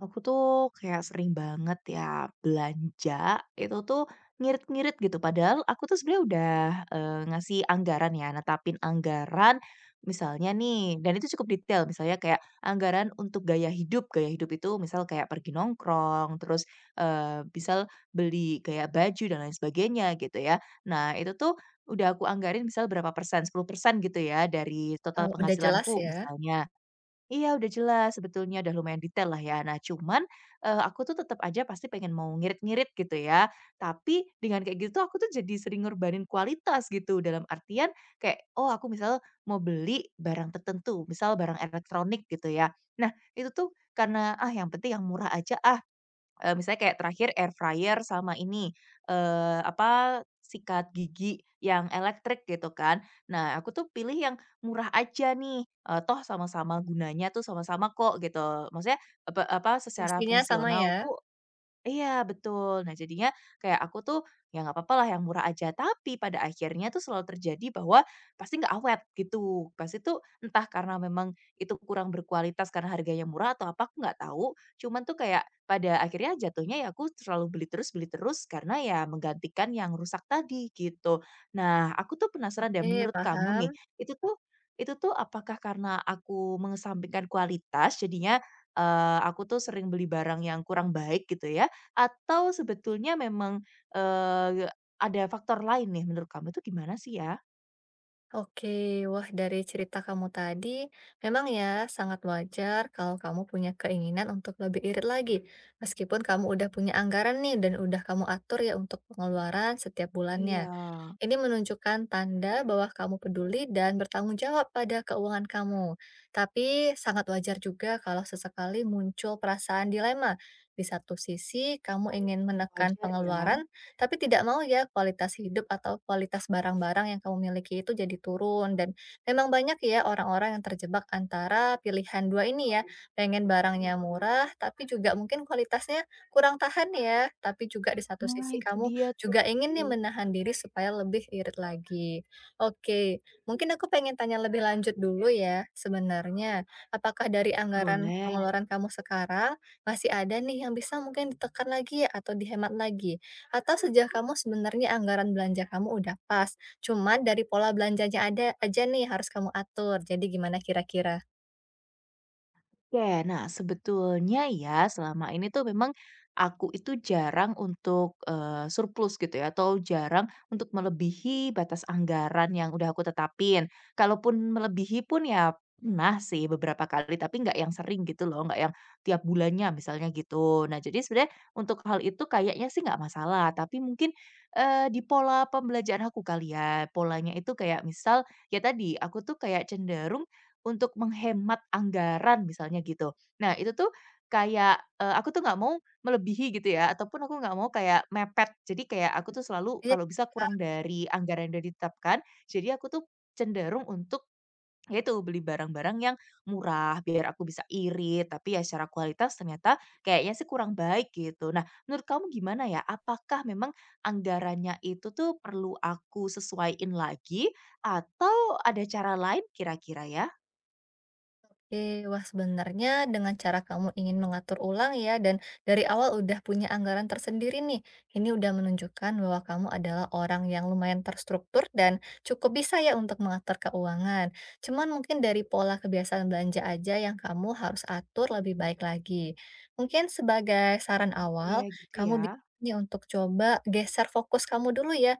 Aku tuh kayak sering banget ya belanja, itu tuh ngirit-ngirit gitu. Padahal aku tuh sebenarnya udah, ngasih anggaran ya, netapin anggaran misalnya nih dan itu cukup detail, misalnya kayak anggaran untuk gaya hidup. Gaya hidup itu misal kayak pergi nongkrong, terus, misal beli kayak baju dan lain sebagainya gitu ya. Nah itu tuh udah aku anggarin misal berapa persen, 10% gitu ya dari total Oh, udah jelas penghasilanku ya? misalnya. Iya udah jelas sebetulnya, udah lumayan detail lah ya. Nah cuman, aku tuh tetap aja pasti pengen mau ngirit-ngirit gitu ya. Tapi dengan kayak gitu tuh aku tuh jadi sering ngorbanin kualitas gitu. Dalam artian kayak, oh aku misal mau beli barang tertentu, misal barang elektronik gitu ya. Nah itu tuh karena, "Ah yang penting yang murah aja ah." Misalnya kayak terakhir air fryer sama ini, eee, apa, sikat gigi yang elektrik gitu kan. Nah, aku tuh pilih yang murah aja nih, toh sama-sama gunanya tuh sama-sama kok gitu. Maksudnya, apa apa, secara Fungsinya sama ya? fungsional tuh. Iya, betul. Nah, jadinya kayak aku tuh, ya nggak papalah yang murah aja. Tapi pada akhirnya tuh selalu terjadi bahwa pasti nggak awet gitu. Pasti tuh entah karena memang itu kurang berkualitas karena harganya murah atau apa, aku nggak tahu. Cuman tuh kayak pada akhirnya jatuhnya ya aku selalu beli terus karena ya menggantikan yang rusak tadi gitu. Nah, aku tuh penasaran deh Oke, menurut kamu nih, paham. itu tuh itu tuh apakah karena aku mengesampingkan kualitas jadinya, aku tuh sering beli barang yang kurang baik gitu ya? Atau sebetulnya memang, eee, ada faktor lain nih menurut kamu itu gimana sih ya? Oke, wah dari cerita kamu tadi, memang ya sangat wajar kalau kamu punya keinginan untuk lebih irit lagi. Meskipun kamu udah punya anggaran nih dan udah kamu atur ya untuk pengeluaran setiap Iya. bulannya. Ini menunjukkan tanda bahwa kamu peduli dan bertanggung jawab pada keuangan kamu. Tapi sangat wajar juga kalau sesekali muncul perasaan dilema. Di satu sisi, kamu ingin Mmm. menekan Wajar ya. pengeluaran, tapi tidak mau ya kualitas hidup atau kualitas barang-barang yang kamu miliki itu jadi turun. Dan memang banyak ya orang-orang yang terjebak antara pilihan dua ini ya. Pengen barangnya murah, tapi juga mungkin kualitasnya kurang tahan ya. Tapi juga di satu Nah sisi itu kamu dia tuh. juga ingin nih Mmm. menahan diri supaya lebih irit lagi. Oke, mungkin aku pengen tanya lebih lanjut dulu ya sebenarnya. Apakah dari anggaran Boleh. pengeluaran kamu sekarang, masih ada nih yang bisa mungkin ditekan lagi ya, atau dihemat lagi? Atau sejak kamu sebenarnya anggaran belanja kamu udah pas, cuma dari pola belanjanya ada aja nih harus kamu atur. Jadi gimana kira-kira? Oke, nah sebetulnya ya selama ini tuh memang aku itu jarang untuk, surplus gitu ya atau jarang untuk melebihi batas anggaran yang udah aku tetapin. Kalaupun melebihi pun ya pernah sih beberapa kali, tapi nggak yang sering gitu loh, nggak yang tiap bulannya misalnya gitu. Nah jadi sebenarnya untuk hal itu kayaknya sih nggak masalah, tapi mungkin, di pola pembelajaran aku kali ya, polanya itu kayak misal, ya tadi aku tuh kayak cenderung untuk menghemat anggaran misalnya gitu. Nah itu tuh kayak, aku tuh nggak mau melebihi gitu ya, ataupun aku nggak mau kayak mepet. Jadi kayak aku tuh selalu kalau bisa kurang dari anggaran yang udah ditetapkan. Jadi aku tuh cenderung untuk ya itu beli barang-barang yang murah, biar aku bisa irit, tapi ya secara kualitas ternyata kayaknya sih kurang baik gitu. Nah menurut kamu gimana ya? Apakah memang anggarannya itu tuh perlu aku sesuaiin lagi, atau ada cara lain kira-kira ya? Oke, wah sebenarnya dengan cara kamu ingin mengatur ulang ya dan dari awal udah punya anggaran tersendiri nih. Ini udah menunjukkan bahwa kamu adalah orang yang lumayan terstruktur dan cukup bisa ya untuk mengatur keuangan. Cuman mungkin dari pola kebiasaan belanja aja yang kamu harus atur lebih baik lagi. Mungkin sebagai saran Oke, awal, gitu kamu bisa ya? nih untuk coba geser fokus kamu dulu ya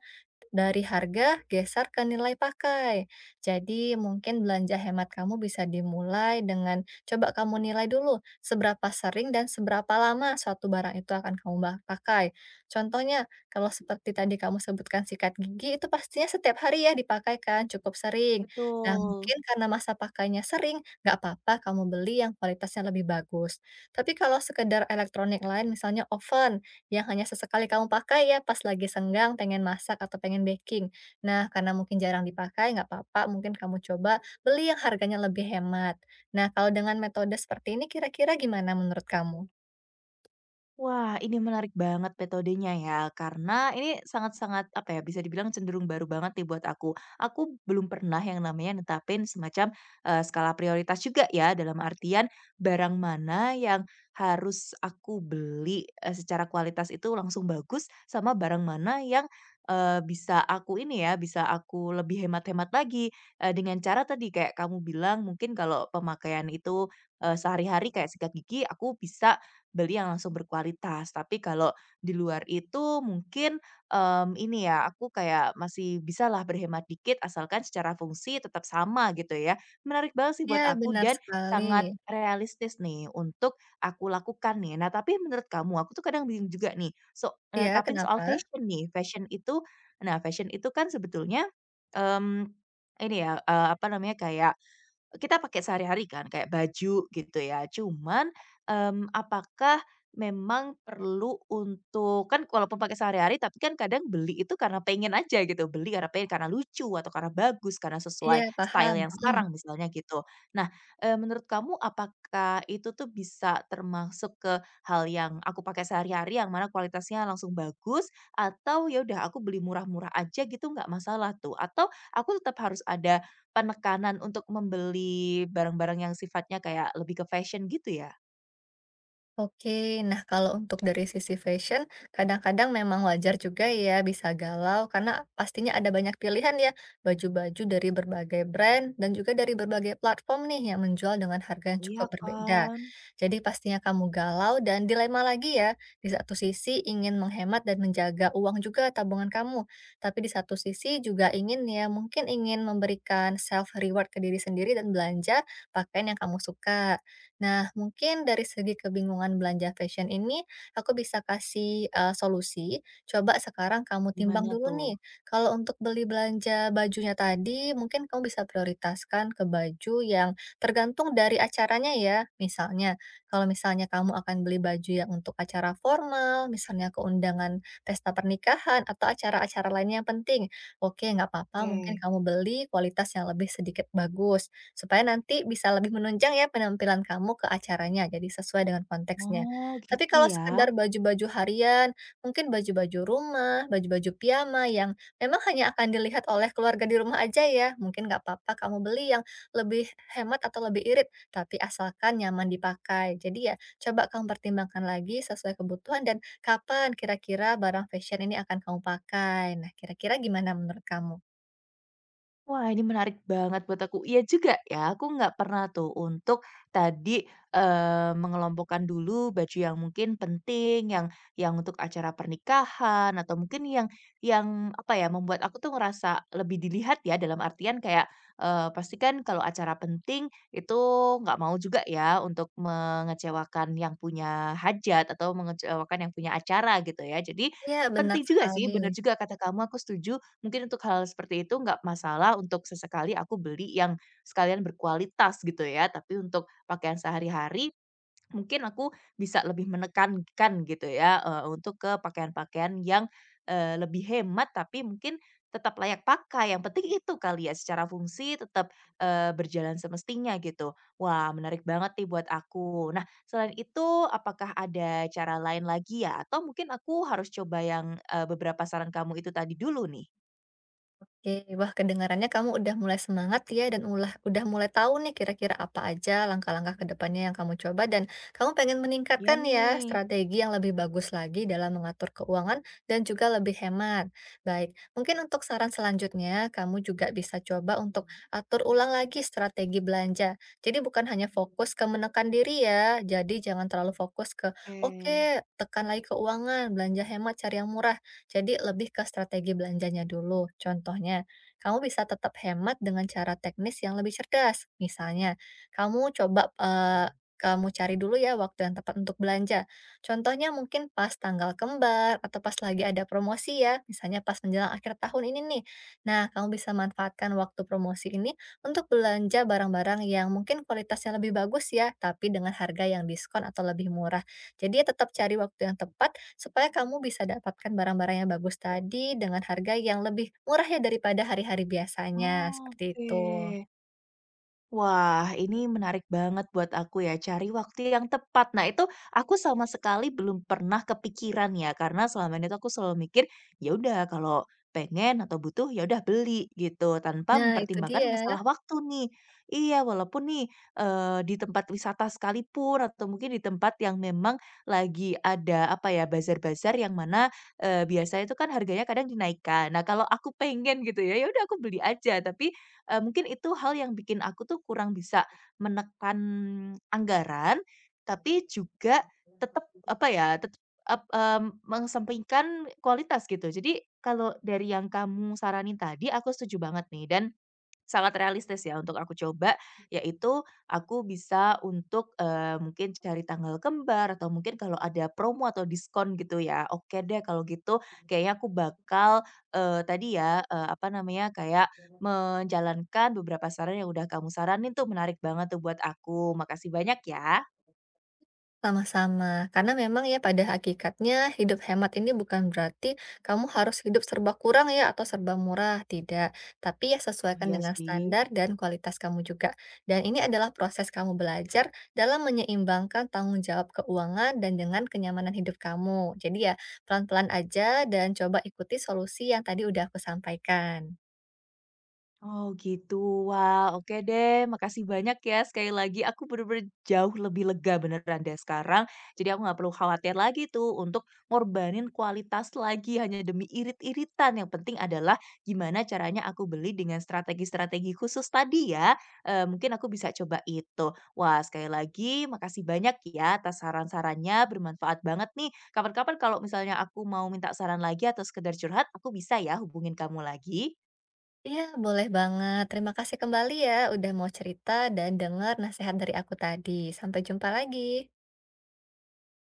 dari harga geser ke nilai pakai. Jadi mungkin belanja hemat kamu bisa dimulai dengan coba kamu nilai dulu seberapa sering dan seberapa lama suatu barang itu akan kamu pakai. Contohnya, kalau seperti tadi kamu sebutkan sikat gigi itu pastinya setiap hari ya dipakai kan, cukup sering. Nah, Betul. mungkin karena masa pakainya sering, nggak apa-apa kamu beli yang kualitasnya lebih bagus. Tapi kalau sekedar elektronik lain misalnya oven, yang hanya sesekali kamu pakai ya pas lagi senggang, pengen masak atau pengen baking. Nah, karena mungkin jarang dipakai, nggak apa-apa, mungkin kamu coba beli yang harganya lebih hemat. Nah, kalau dengan metode seperti ini kira-kira gimana menurut kamu? Wah, ini menarik banget metodenya ya, karena ini sangat-sangat, apa ya, bisa dibilang cenderung baru banget nih buat aku. Aku belum pernah yang namanya netapin semacam, skala prioritas juga ya, dalam artian barang mana yang harus aku beli, secara kualitas itu langsung bagus, sama barang mana yang, bisa aku ini ya, bisa aku lebih hemat-hemat lagi, dengan cara tadi kayak kamu bilang mungkin kalau pemakaian itu, sehari-hari kayak sikat gigi, aku bisa beli yang langsung berkualitas. Tapi kalau di luar itu mungkin, ini ya, aku kayak masih bisalah berhemat dikit asalkan secara fungsi tetap sama gitu ya. Menarik banget sih buat Ya aku benar dan sekali. sangat realistis nih untuk aku lakukan nih. Nah, tapi menurut kamu, aku tuh kadang bingung juga nih, Iya, tapi soal kenapa? fashion nih. Fashion itu nah, fashion itu kan sebetulnya, mmm, ini ya, apa namanya, kayak kita pakai sehari-hari kan kayak baju gitu ya. Cuman, apakah memang perlu untuk kan walaupun pakai sehari-hari tapi kan kadang beli itu karena pengen aja gitu, beli karena pengen, karena lucu atau karena bagus, karena Iya, sesuai paham, style yang mhm. sekarang misalnya gitu. Nah, menurut kamu apakah itu tuh bisa termasuk ke hal yang aku pakai sehari-hari yang mana kualitasnya langsung bagus atau ya udah aku beli murah-murah aja gitu nggak masalah tuh? Atau aku tetap harus ada penekanan untuk membeli barang-barang yang sifatnya kayak lebih ke fashion gitu ya? Oke, nah kalau untuk dari sisi fashion, kadang-kadang memang wajar juga ya bisa galau karena pastinya ada banyak pilihan ya, baju-baju dari berbagai brand dan juga dari berbagai platform nih yang menjual dengan harga yang Iya cukup berbeda. kan. Jadi pastinya kamu galau dan dilema lagi ya, di satu sisi ingin menghemat dan menjaga uang juga tabungan kamu, tapi di satu sisi juga ingin ya mungkin ingin memberikan self reward ke diri sendiri dan belanja pakaian yang kamu suka. Nah, mungkin dari segi kebingungan belanja fashion ini, aku bisa kasih solusi. Coba sekarang kamu timbang Gimana dulu tuh? nih, kalau untuk beli belanja bajunya tadi, mungkin kamu bisa prioritaskan ke baju yang tergantung dari acaranya ya. Misalnya, kalau misalnya kamu akan beli baju yang untuk acara formal, misalnya keundangan pesta pernikahan atau acara-acara lainnya yang penting, oke nggak apa-apa mungkin Oke. kamu beli kualitas yang lebih sedikit bagus supaya nanti bisa lebih menunjang ya penampilan kamu ke acaranya, jadi sesuai dengan konteksnya. Oh, Tapi gitu kalau ya. sekedar baju-baju harian, mungkin baju-baju rumah, baju-baju piyama yang memang hanya akan dilihat oleh keluarga di rumah aja ya, mungkin nggak apa-apa kamu beli yang lebih hemat atau lebih irit, tapi asalkan nyaman dipakai. Jadi ya coba kamu pertimbangkan lagi sesuai kebutuhan dan kapan kira-kira barang fashion ini akan kamu pakai. Nah, kira-kira gimana menurut kamu? Wah, ini menarik banget buat aku. Iya juga ya, aku nggak pernah tuh untuk tadi, mengelompokkan dulu baju yang mungkin penting, yang untuk acara pernikahan, atau mungkin yang apa ya, membuat aku tuh ngerasa lebih dilihat ya, dalam artian kayak, pastikan kalau acara penting itu nggak mau juga ya untuk mengecewakan yang punya hajat, atau mengecewakan yang punya acara gitu ya. Jadi Iya, benar penting juga sih, sekali. bener juga kata kamu, aku setuju. Mungkin untuk hal seperti itu nggak masalah untuk sesekali aku beli yang sekalian berkualitas gitu ya, tapi untuk pakaian sehari-hari mungkin aku bisa lebih menekankan gitu ya, untuk ke pakaian-pakaian yang, lebih hemat tapi mungkin tetap layak pakai, yang penting itu kali ya secara fungsi tetap, berjalan semestinya gitu. Wah menarik banget nih buat aku. Nah selain itu apakah ada cara lain lagi ya? Atau mungkin aku harus coba yang, beberapa saran kamu itu tadi dulu nih? Oke, wah kedengarannya kamu udah mulai semangat ya dan ulah, udah mulai tahu nih kira-kira apa aja langkah-langkah ke depannya yang kamu coba dan kamu pengen Iya meningkatkan ya nih. strategi yang lebih bagus lagi dalam mengatur keuangan dan juga lebih hemat. Baik, mungkin untuk saran selanjutnya kamu juga bisa coba untuk atur ulang lagi strategi belanja. Jadi bukan hanya fokus ke menekan diri ya, jadi jangan terlalu fokus ke oke Oke. tekan lagi keuangan, belanja hemat, cari yang murah. Jadi lebih ke strategi belanjanya dulu. Contohnya, kamu bisa tetap hemat dengan cara teknis yang lebih cerdas. Misalnya, kamu coba eh, kamu cari dulu ya waktu yang tepat untuk belanja. Contohnya mungkin pas tanggal kembar atau pas lagi ada promosi ya, misalnya pas menjelang akhir tahun ini nih. Nah, kamu bisa manfaatkan waktu promosi ini untuk belanja barang-barang yang mungkin kualitasnya lebih bagus ya, tapi dengan harga yang diskon atau lebih murah. Jadi tetap cari waktu yang tepat supaya kamu bisa dapatkan barang-barang yang bagus tadi dengan harga yang lebih murah ya daripada hari-hari biasanya, seperti Oke. itu. Wah, ini menarik banget buat aku ya, cari waktu yang tepat. Nah, itu aku sama sekali belum pernah kepikiran ya, karena selama ini tuh aku selalu mikir, ya udah kalau pengen atau butuh ya udah beli gitu, tanpa Nah, itu mempertimbangkan masalah dia. waktu nih. Iya, walaupun nih di tempat wisata sekalipun atau mungkin di tempat yang memang lagi ada apa ya bazar-bazar yang mana biasanya itu kan harganya kadang dinaikkan. Nah, kalau aku pengen gitu ya, ya udah aku beli aja, tapi mungkin itu hal yang bikin aku tuh kurang bisa menekan anggaran, tapi juga tetap apa ya, tetap mengesampingkan kualitas gitu. Jadi kalau dari yang kamu saranin tadi, aku setuju banget nih dan sangat realistis ya untuk aku coba, yaitu aku bisa untuk, mungkin cari tanggal kembar atau mungkin kalau ada promo atau diskon gitu ya. Oke deh kalau gitu kayaknya aku bakal, tadi ya, apa namanya, kayak menjalankan beberapa saran yang udah kamu saranin tuh menarik banget tuh buat aku. Makasih banyak ya. Sama-sama, karena memang ya pada hakikatnya hidup hemat ini bukan berarti kamu harus hidup serba kurang ya atau serba murah, tidak. Tapi ya Oh sesuaikan iya dengan sih. standar dan kualitas kamu juga. Dan ini adalah proses kamu belajar dalam menyeimbangkan tanggung jawab keuangan dan dengan kenyamanan hidup kamu. Jadi ya pelan-pelan aja dan coba ikuti solusi yang tadi udah aku sampaikan. Oh gitu. Wah, oke deh. Makasih banyak ya sekali lagi. Aku bener-bener jauh lebih lega beneran deh sekarang. Jadi aku nggak perlu khawatir lagi tuh untuk ngorbanin kualitas lagi hanya demi irit-iritan. Yang penting adalah gimana caranya aku beli dengan strategi-strategi khusus tadi ya. Eh, mungkin aku bisa coba itu. Wah, sekali lagi makasih banyak ya atas saran-sarannya. Bermanfaat banget nih. Kapan-kapan kalau misalnya aku mau minta saran lagi atau sekedar curhat, aku bisa ya hubungin kamu lagi. Iya, boleh banget. Terima kasih kembali ya udah mau cerita dan dengar nasihat dari aku tadi. Sampai jumpa lagi.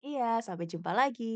Iya, sampai jumpa lagi.